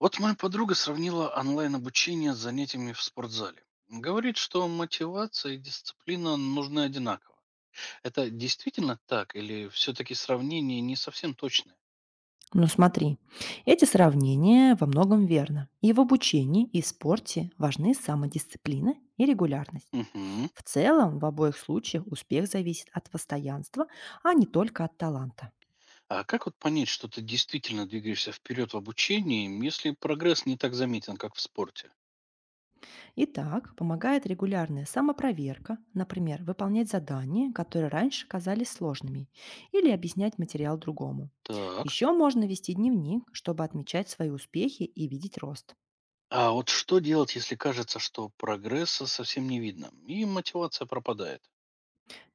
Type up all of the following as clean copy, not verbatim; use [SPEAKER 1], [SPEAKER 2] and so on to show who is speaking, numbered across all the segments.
[SPEAKER 1] Вот моя подруга сравнила онлайн-обучение с занятиями в спортзале. Говорит, что мотивация и дисциплина нужны одинаково. Это действительно так или все-таки сравнение не совсем точное?
[SPEAKER 2] Ну смотри, эти сравнения во многом верно. И в обучении, и в спорте важны самодисциплина и регулярность.
[SPEAKER 1] Мгм.
[SPEAKER 2] В целом, в обоих случаях успех зависит от постоянства, а не только от таланта.
[SPEAKER 1] А как вот понять, что ты действительно двигаешься вперед в обучении, если прогресс не так заметен, как в спорте?
[SPEAKER 2] Итак, помогает регулярная самопроверка, например, выполнять задания, которые раньше казались сложными, или объяснять материал другому.
[SPEAKER 1] Так.
[SPEAKER 2] Еще можно вести дневник, чтобы отмечать свои успехи и видеть рост.
[SPEAKER 1] А вот что делать, если кажется, что прогресса совсем не видно и мотивация пропадает?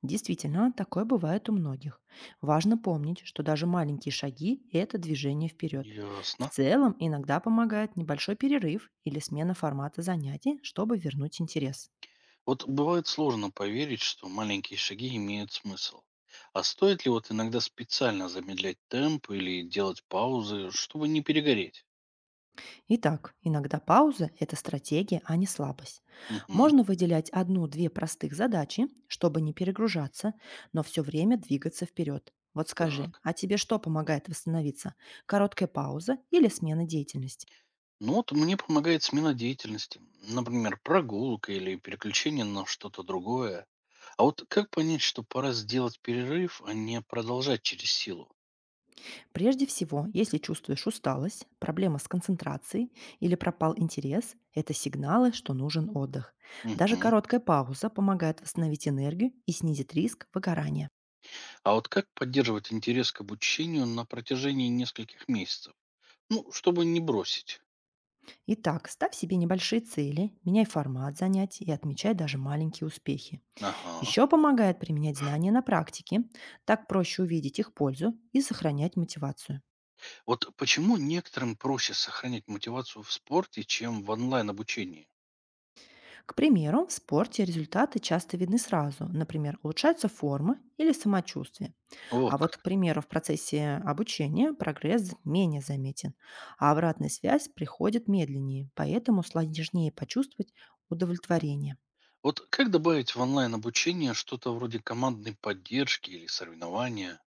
[SPEAKER 2] Действительно, такое бывает у многих. Важно помнить, что даже маленькие шаги – это движение вперед. В
[SPEAKER 1] Ясно.
[SPEAKER 2] целом, иногда помогает небольшой перерыв или смена формата занятий, чтобы вернуть интерес.
[SPEAKER 1] Вот бывает сложно поверить, что маленькие шаги имеют смысл. А стоит ли вот иногда специально замедлять темп или делать паузы, чтобы не перегореть?
[SPEAKER 2] Итак, иногда пауза – это стратегия, а не слабость.
[SPEAKER 1] Мгм.
[SPEAKER 2] Можно выделять одну-две простых задачи, чтобы не перегружаться, но все время двигаться вперед. Вот скажи,
[SPEAKER 1] Так.
[SPEAKER 2] а тебе что помогает восстановиться? Короткая пауза или смена деятельности?
[SPEAKER 1] Ну вот мне помогает смена деятельности. Например, прогулка или переключение на что-то другое. А вот как понять, что пора сделать перерыв, а не продолжать через силу?
[SPEAKER 2] Прежде всего, если чувствуешь усталость, проблемы с концентрацией или пропал интерес, это сигналы, что нужен отдых. Даже
[SPEAKER 1] Мгм.
[SPEAKER 2] короткая пауза помогает восстановить энергию и снизит риск выгорания.
[SPEAKER 1] А вот как поддерживать интерес к обучению на протяжении нескольких месяцев? Ну, чтобы не бросить.
[SPEAKER 2] Итак, ставь себе небольшие цели, меняй формат занятий и отмечай даже маленькие успехи.
[SPEAKER 1] Ага.
[SPEAKER 2] Еще помогает применять знания на практике, так проще увидеть их пользу и сохранять мотивацию.
[SPEAKER 1] Вот почему некоторым проще сохранять мотивацию в спорте, чем в онлайн-обучении?
[SPEAKER 2] К примеру, в спорте результаты часто видны сразу, например, улучшается форма или самочувствие.
[SPEAKER 1] Вот
[SPEAKER 2] А вот, к
[SPEAKER 1] как.
[SPEAKER 2] примеру, в процессе обучения прогресс менее заметен, а обратная связь приходит медленнее, поэтому сложнее почувствовать удовлетворение.
[SPEAKER 1] Вот как добавить в онлайн-обучение что-то вроде командной поддержки или соревнования?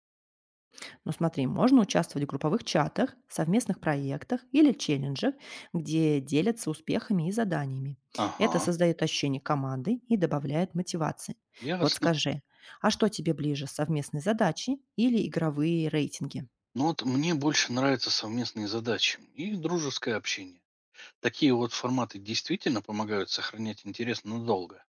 [SPEAKER 2] Ну смотри, можно участвовать в групповых чатах, совместных проектах или челленджах, где делятся успехами и заданиями. Это
[SPEAKER 1] Ага,
[SPEAKER 2] создает ощущение команды и добавляет мотивации. Вот
[SPEAKER 1] ясно.
[SPEAKER 2] скажи, а что тебе ближе, совместные задачи или игровые рейтинги?
[SPEAKER 1] Но вот мне больше нравятся совместные задачи и дружеское общение. Такие вот форматы действительно помогают сохранять интерес надолго.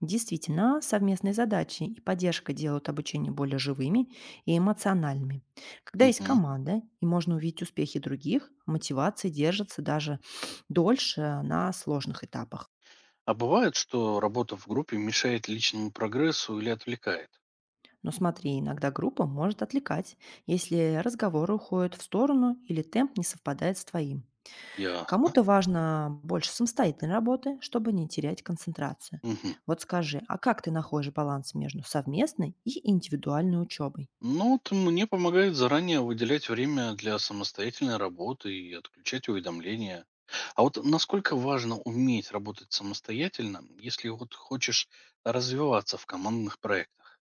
[SPEAKER 2] Действительно, совместные задачи и поддержка делают обучение более живыми и эмоциональными. Когда есть
[SPEAKER 1] Мгм.
[SPEAKER 2] команда и можно увидеть успехи других, мотивация держится даже дольше на сложных этапах.
[SPEAKER 1] А бывает, что работа в группе мешает личному прогрессу или отвлекает?
[SPEAKER 2] Но смотри, иногда группа может отвлекать, если разговоры уходят в сторону или темп не совпадает с твоим.
[SPEAKER 1] Ясно.
[SPEAKER 2] Кому-то важно больше самостоятельной работы, чтобы не терять концентрацию.
[SPEAKER 1] Мгм.
[SPEAKER 2] Вот скажи, а как ты находишь баланс между совместной и индивидуальной учебой?
[SPEAKER 1] Ну, вот мне помогает заранее выделять время для самостоятельной работы и отключать уведомления. А вот насколько важно уметь работать самостоятельно, если вот хочешь развиваться в командных проектах?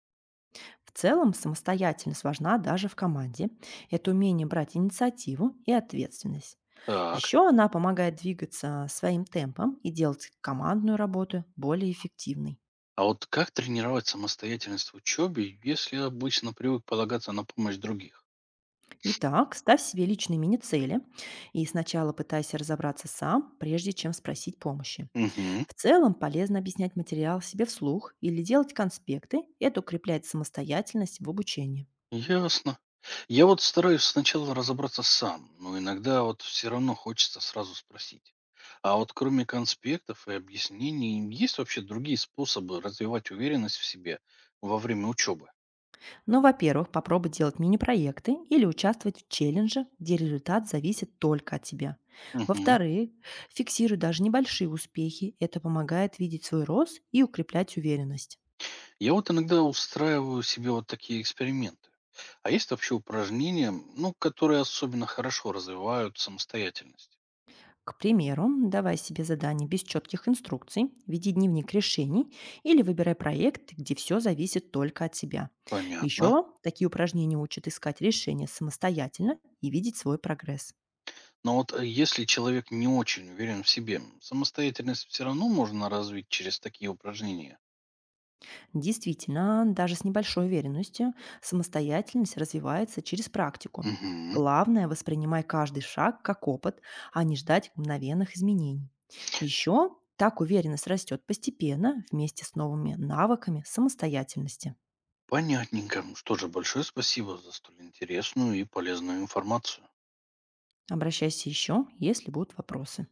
[SPEAKER 2] В целом, самостоятельность важна даже в команде. Это умение брать инициативу и ответственность.
[SPEAKER 1] Так.
[SPEAKER 2] Еще она помогает двигаться своим темпом и делать командную работу более эффективной.
[SPEAKER 1] А вот как тренировать самостоятельность в учебе, если обычно привык полагаться на помощь других?
[SPEAKER 2] Итак, ставь себе личные мини-цели и сначала пытайся разобраться сам, прежде чем спросить помощи.
[SPEAKER 1] Угу.
[SPEAKER 2] В целом полезно объяснять материал себе вслух или делать конспекты. Это укрепляет самостоятельность в обучении.
[SPEAKER 1] Ясно. Я вот стараюсь сначала разобраться сам, но иногда вот все равно хочется сразу спросить. А вот кроме конспектов и объяснений, есть вообще другие способы развивать уверенность в себе во время учебы?
[SPEAKER 2] Но, во-первых, попробуй делать мини-проекты или участвовать в челлендже, где результат зависит только от тебя.
[SPEAKER 1] Мгм.
[SPEAKER 2] Во-вторых, фиксируй даже небольшие успехи. Это помогает видеть свой рост и укреплять уверенность.
[SPEAKER 1] Я вот иногда устраиваю себе вот такие эксперименты. А есть вообще упражнения, ну, которые особенно хорошо развивают самостоятельность?
[SPEAKER 2] К примеру, давай себе задание без четких инструкций, веди дневник решений или выбирай проект, где все зависит только от тебя.
[SPEAKER 1] Понятно.
[SPEAKER 2] Еще такие упражнения учат искать решения самостоятельно и видеть свой прогресс.
[SPEAKER 1] Но вот если человек не очень уверен в себе, самостоятельность все равно можно развить через такие упражнения?
[SPEAKER 2] Действительно, даже с небольшой уверенностью самостоятельность развивается через практику.
[SPEAKER 1] Мгм.
[SPEAKER 2] Главное, воспринимай каждый шаг как опыт, а не ждать мгновенных изменений. Еще так уверенность растет постепенно вместе с новыми навыками самостоятельности.
[SPEAKER 1] Понятненько. Что же, большое спасибо за столь интересную и полезную информацию.
[SPEAKER 2] Обращайся еще, если будут вопросы.